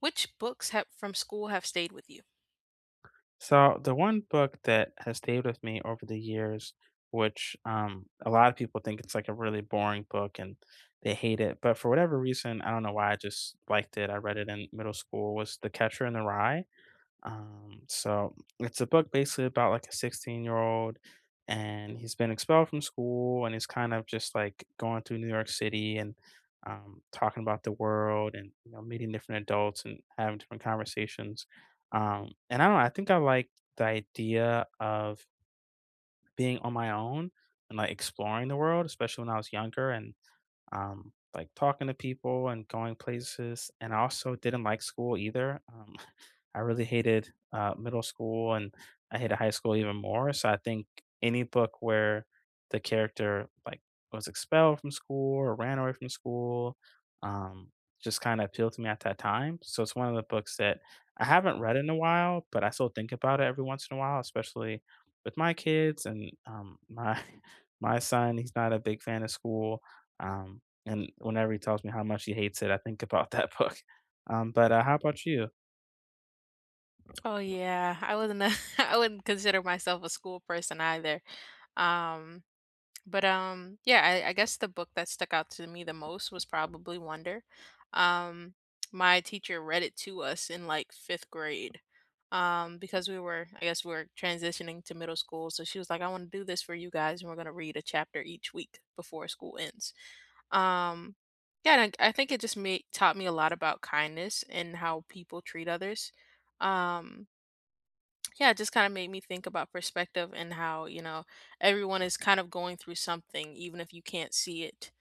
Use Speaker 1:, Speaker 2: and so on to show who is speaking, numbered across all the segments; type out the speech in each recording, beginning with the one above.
Speaker 1: Which books have from school have stayed with you?
Speaker 2: So the one book that has stayed with me over the years, which a lot of people think it's like a really boring book and they hate it, but for whatever reason, I don't know why I just liked it. I read it in middle school. Was The Catcher in the Rye? So it's a book basically about like a 16-year old, and he's been expelled from school, and he's kind of just like going through New York City and talking about the world and you know meeting different adults and having different conversations. And I don't know, I think I like the idea of being on my own and like exploring the world, especially when I was younger and like talking to people and going places. And I also didn't like school either. I really hated middle school, and I hated high school even more. So I think any book where the character like was expelled from school or ran away from school um, just kind of appealed to me at that time. So it's one of the books that I haven't read in a while, but I still think about it every once in a while, especially with my kids and my my son. He's not a big fan of school, um, and whenever he tells me how much he hates it, I think about that book. But how about you?
Speaker 1: Oh yeah, I wasn't a I wouldn't consider myself a school person either. Um, But yeah, I guess the book that stuck out to me the most was probably Wonder. Um my teacher read it to us in like fifth grade. Because we were I guess we were transitioning to middle school. So she was like, I want to do this for you guys and we're gonna read a chapter each week before school ends. Um yeah, and I think it just made taught me a lot about kindness and how people treat others. Um yeah, it just kind of made me think about perspective and how, everyone is kind of going through something, even if you can't see it.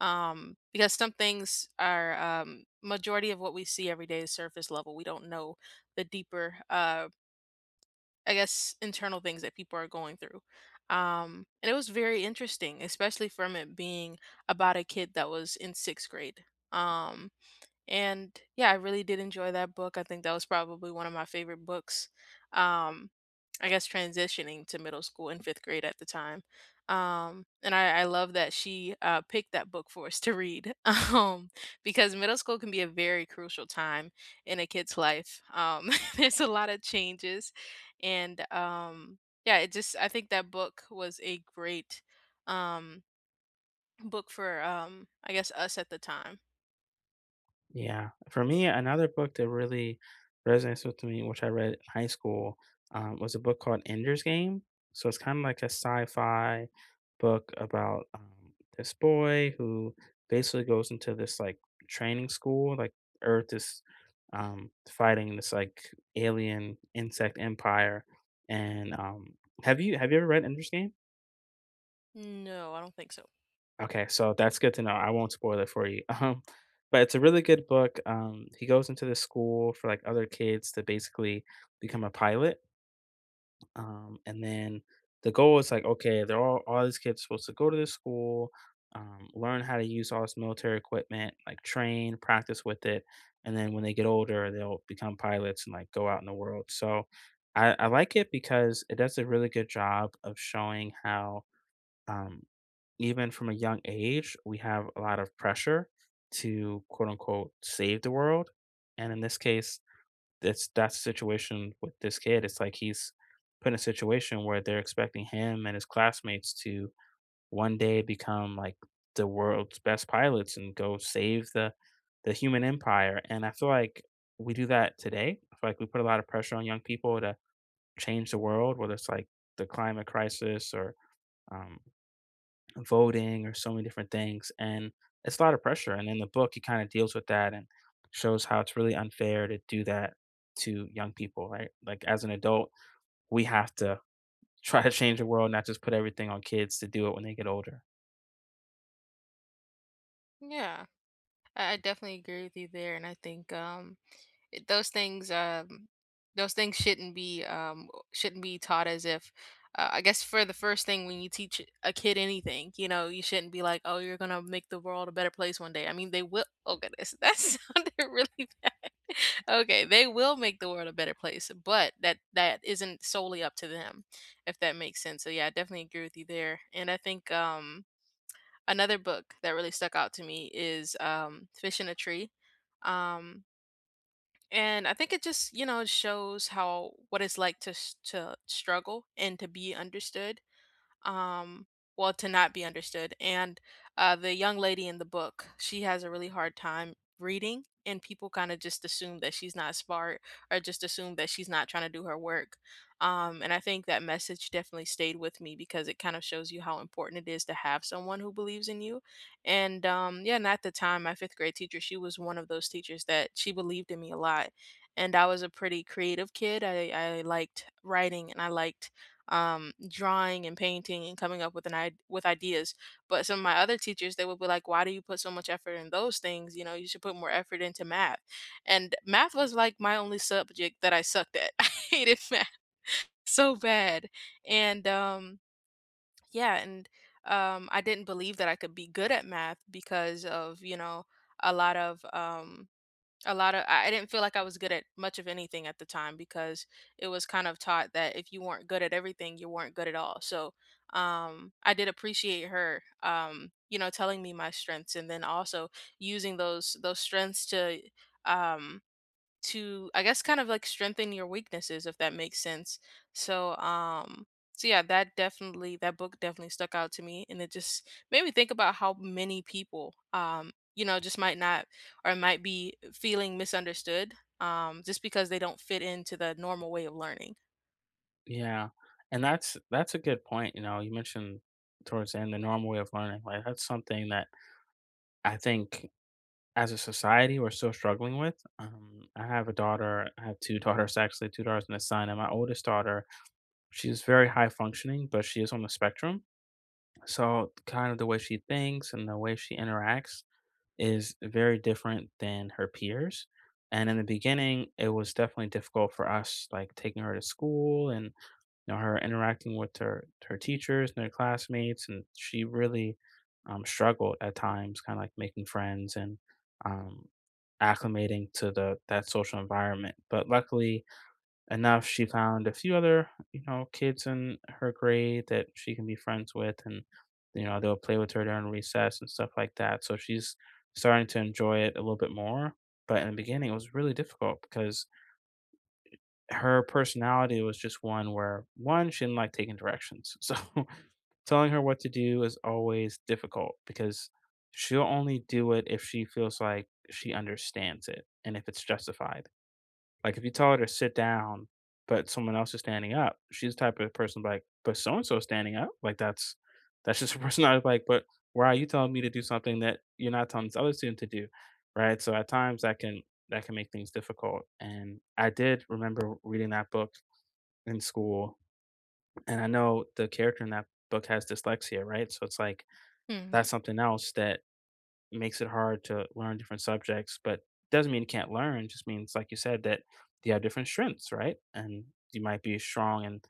Speaker 1: Because some things are, majority of what we see every day is surface level. We don't know the deeper, I guess, internal things that people are going through. And it was very interesting, especially from it being about a kid that was in sixth grade. Um, and yeah, I really did enjoy that book. I think that was probably one of my favorite books. Um, I guess transitioning to middle school in fifth grade at the time. And I love that she picked that book for us to read because middle school can be a very crucial time in a kid's life. There's a lot of changes. And Yeah, it just, I think that book was a great um, book for, I guess, us at the time.
Speaker 2: Yeah. For me, another book that really resonates with me, which I read in high school, was a book called Ender's Game. So it's kind of like a sci-fi book about this boy who basically goes into this like training school, like Earth is fighting this like alien insect empire. And have you ever read Ender's Game?
Speaker 1: No, I don't think so.
Speaker 2: Okay, so that's good to know. I won't spoil it for you. But it's a really good book. He goes into the school for like other kids to basically become a pilot. And then the goal is like, okay, they're all these kids supposed to go to this school, learn how to use all this military equipment, like train, practice with it, and then when they get older, they'll become pilots and like go out in the world. So I like it because it does a really good job of showing how um, even from a young age, we have a lot of pressure to quote unquote save the world. And in this case, that's the situation with this kid. It's like he's put in a situation where they're expecting him and his classmates to one day become like the world's best pilots and go save the human empire. And I feel like we do that today. I feel like we put a lot of pressure on young people to change the world, whether it's like the climate crisis or um, voting or so many different things. And it's a lot of pressure. And in the book, he kind of deals with that and shows how it's really unfair to do that to young people, right? Like as an adult, we have to try to change the world, not just put everything on kids to do it when they get older.
Speaker 1: Yeah. I definitely agree with you there, and I think it- those things um, those things shouldn't be taught as if I guess for the first thing when you teach a kid anything, you know, you shouldn't be like, oh, you're gonna make the world a better place one day. I mean, they will. Oh goodness, that sounded really bad. Okay, they will make the world a better place, but that isn't solely up to them, if that makes sense. So yeah, I definitely agree with you there, and I think another book that really stuck out to me is, Fish in a Tree, um, and I think it just, you know, shows how what it's like to s to struggle and to be understood, um well, to not be understood. And the young lady in the book, she has a really hard time reading, and people kind of just assume that she's not smart or just assume that she's not trying to do her work. And I think that message definitely stayed with me because it kind of shows you how important it is to have someone who believes in you. And Yeah, and at the time, my fifth grade teacher, she was one of those teachers that she believed in me a lot. And I was a pretty creative kid. I liked writing and I liked drawing and painting and coming up with ideas. But some of my other teachers, they would be like, "Why do you put so much effort in those things? You know, you should put more effort into math." And math was like my only subject that I sucked at. I hated math so bad, and um, yeah, and I didn't believe that I could be good at math because of, you know, a lot of, a lot of, I didn't feel like I was good at much of anything at the time because it was kind of taught that if you weren't good at everything, you weren't good at all. So, I did appreciate her, you know, telling me my strengths and then also using those strengths to um to, I guess, kind of like strengthen your weaknesses, if that makes sense. So um so yeah, that book definitely stuck out to me, and it just made me think about how many people, you know, just might not, or might be feeling misunderstood, just because they don't fit into the normal way of learning.
Speaker 2: Yeah. And that's a good point. You know, you mentioned towards the end the normal way of learning. Like that's something that I think as a society we're still struggling with. I have a daughter. I have two daughters actually, two daughters and a son. And my oldest daughter, she's very high functioning, but she is on the spectrum. So kind of the way she thinks and the way she interacts is very different than her peers. And in the beginning, it was definitely difficult for us, like taking her to school and you know her interacting with her teachers and her classmates, and she really struggled at times, kind of like making friends and um, acclimating to the that social environment. But luckily, enough, she found a few other, you know, kids in her grade that she can be friends with, and you know they'll play with her during recess and stuff like that. So she's starting to enjoy it a little bit more. But in the beginning, it was really difficult because her personality was just one where one she didn't like taking directions, so telling her what to do is always difficult because she'll only do it if she feels like she understands it and if it's justified. Like, if you tell her to sit down, but someone else is standing up, she's the type of person like, "But so and so standing up." Like, that's just a person I was like, but why are you telling me to do something that you're not telling this other student to do, right? So at times that can make things difficult. And I did remember reading that book in school, and I know the character in that book has dyslexia, right? So it's like
Speaker 1: Mhm.
Speaker 2: that's something else that makes it hard to learn different subjects, but doesn't mean you can't learn. Just means, like you said, that you have different strengths, right? And you might be strong in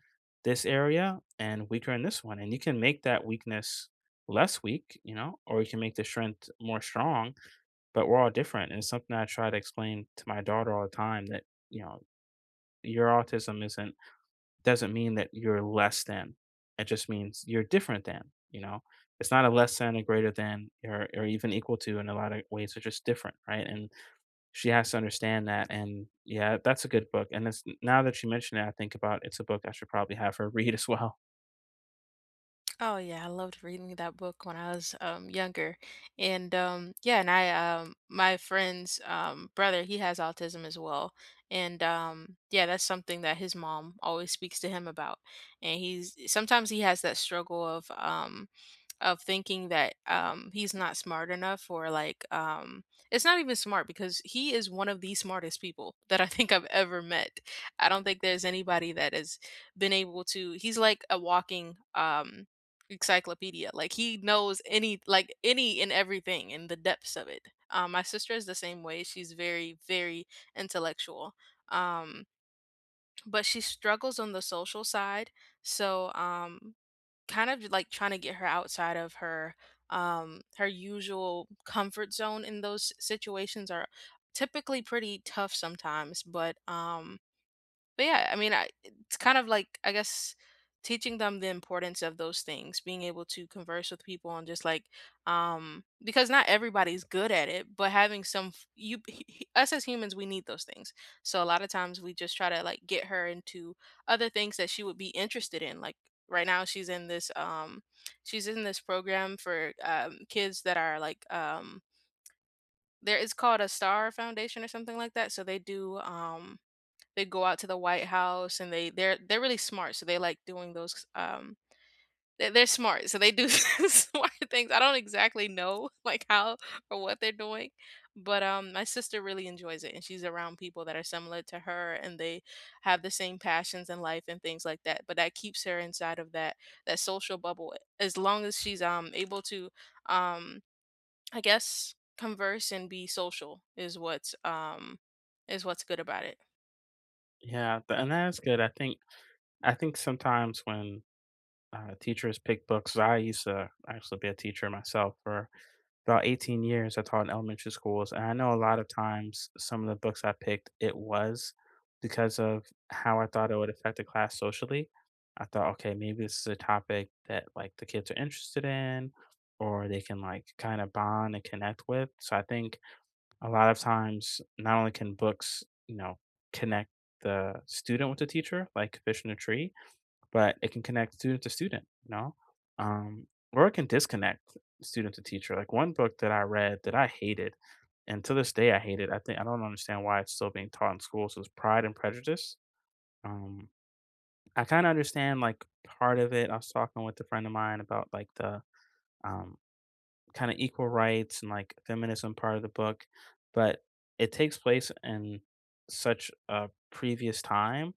Speaker 2: this area and weaker in this one. And you can make that weakness less weak, you know, or you can make the strength more strong, but we're all different. And it's something I try to explain to my daughter all the time that, you know, your autism isn't doesn't mean that you're less than. It just means you're different than, you know? It's not a less than, a greater than, or even equal to in a lot of ways. They're just different, right? And she has to understand that. And yeah, that's a good book. And it's now that you mention it, I think about it's a book I should probably have her read as well.
Speaker 1: Oh yeah, I loved reading that book when I was younger. And yeah, and I My friend's brother, he has autism as well. And Yeah, that's something that his mom always speaks to him about. And he's sometimes he has that struggle of thinking that, he's not smart enough, or like, it's not even smart, because he is one of the smartest people that I think I've ever met. I don't think there's anybody that has been able to. He's like a walking, encyclopedia. Like, he knows any, like, any and everything in the depths of it. My sister is the same way. She's very intellectual. Um, but she struggles on the social side. So um Kind of like trying to get her outside of her, her usual comfort zone in those situations are typically pretty tough sometimes, but yeah, I mean, I, it's kind of like, I guess, teaching them the importance of those things, being able to converse with people, and just like, because not everybody's good at it, but having some us as humans, we need those things. So a lot of times we just try to like get her into other things that she would be interested in, like right now she's in this program for kids that are like, there, it's called a Star Foundation or something like that. So they do, they go out to the White House and they're really smart, so they like doing those, they're smart, so they do smart things. I don't exactly know, like, how or what they're doing, but, my sister really enjoys it, and she's around people that are similar to her, and they have the same passions in life and things like that, but that keeps her inside of that social bubble, as long as she's, able to, um, I guess, converse and be social, is what's good about it.
Speaker 2: Yeah, and that's good. I think sometimes when teachers pick books, 'cause I used to actually be a teacher myself for about 18 years, I taught in elementary schools, and I know a lot of times some of the books I picked, it was because of how I thought it would affect the class socially. I thought, okay, maybe this is a topic that like the kids are interested in, or they can like kind of bond and connect with. So I think a lot of times, not only can books, you know, connect the student with the teacher, like Fish in a Tree, but it can connect student to student, you know? Um, or it can disconnect student to teacher. Like one book that I read that I hated, and to this day I hate it. I think I don't understand why it's still being taught in schools is Pride and Prejudice. Um, I kind of understand like part of it. I was talking with a friend of mine about like the um, kind of equal rights and like feminism part of the book, but it takes place in such a previous time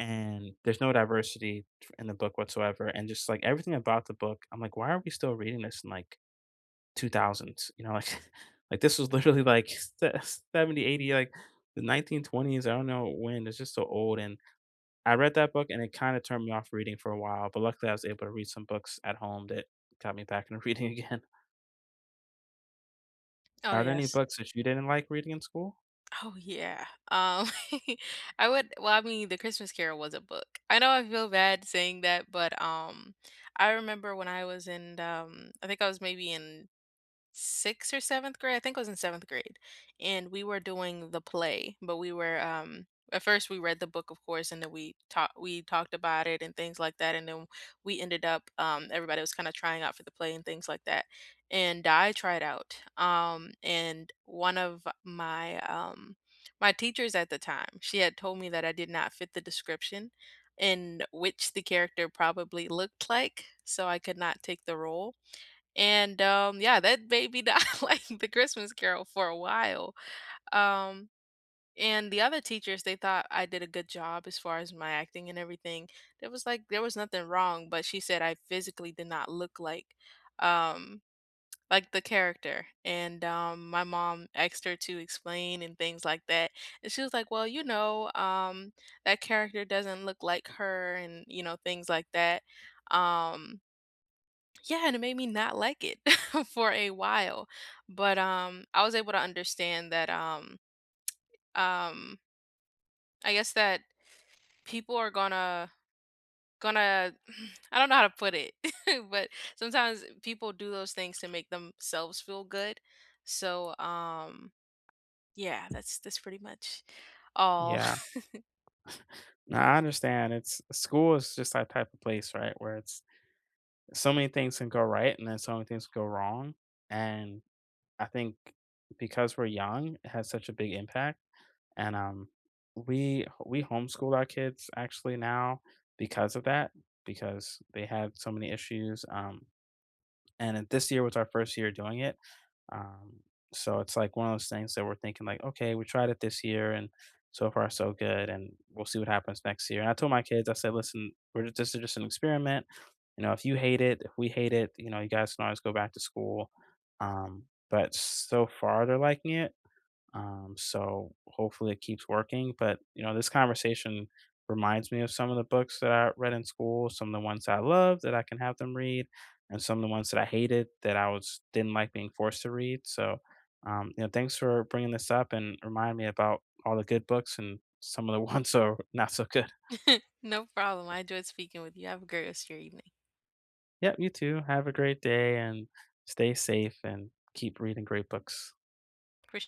Speaker 2: and there's no diversity in the book whatsoever, and just like everything about the book I'm like, why are we still reading this in like 2000s, you know, like like this was literally like 70 80, like the 1920s, I don't know when. It's just so old. And I read that book and it kind of turned me off reading for a while, but luckily I was able to read some books at home that got me back into reading again.
Speaker 1: Oh,
Speaker 2: Are there any
Speaker 1: yes.
Speaker 2: books that you didn't like reading in school?
Speaker 1: Oh yeah. Um I would, well, I mean, The Christmas Carol was a book. I know, I feel bad saying that, but I remember when I was in, I think I was maybe in 6th or 7th grade, I think it was in 7th grade, and we were doing the play. But we were, at first we read the book, of course, and then we talked about it and things like that, and then we ended up, everybody was kinda trying out for the play and things like that, and I tried out, and one of my, my teachers at the time, she had told me that I did not fit the description in which the character probably looked like, so I could not take the role. And, yeah, that baby died like the Christmas Carol for a while. Um, and the other teachers, they thought I did a good job as far as my acting and everything. There was nothing wrong, but she said I physically did not look um, like the character. And, my mom asked her to explain and things like that. And she was like, "Well, you know, that character doesn't look like her," and, you know, things like that. Um, yeah, and it made me not like it for a while. But I was able to understand that um I guess that people are gonna I don't know how to put it, but sometimes people do those things to make themselves feel good. So um yeah, that's pretty much all.
Speaker 2: Yeah. No, I understand. It's school is just that type of place, right, where it's so many things can go right and then so many things go wrong. And I think because we're young, it has such a big impact. And we homeschooled our kids actually now because of that, because they had so many issues. And then this year was our first year doing it. Um, so it's like one of those things that we're thinking like, okay, we tried it this year and so far so good, and we'll see what happens next year. And I told my kids, I said, listen, we're just, this is just an experiment. You know, if you hate it, if we hate it, you know, you guys can always go back to school. But so far they're liking it. So hopefully it keeps working. But you know, this conversation reminds me of some of the books that I read in school, some of the ones I loved that I can have them read, and some of the ones that I hated that I was didn't like being forced to read. So you know, thanks for bringing this up and remind me about all the good books and some of the ones that are not so good.
Speaker 1: No problem. I enjoyed speaking with you. Have a great rest of your evening.
Speaker 2: Yep, you too. Have a great day and stay safe and keep reading great books.
Speaker 1: For sure.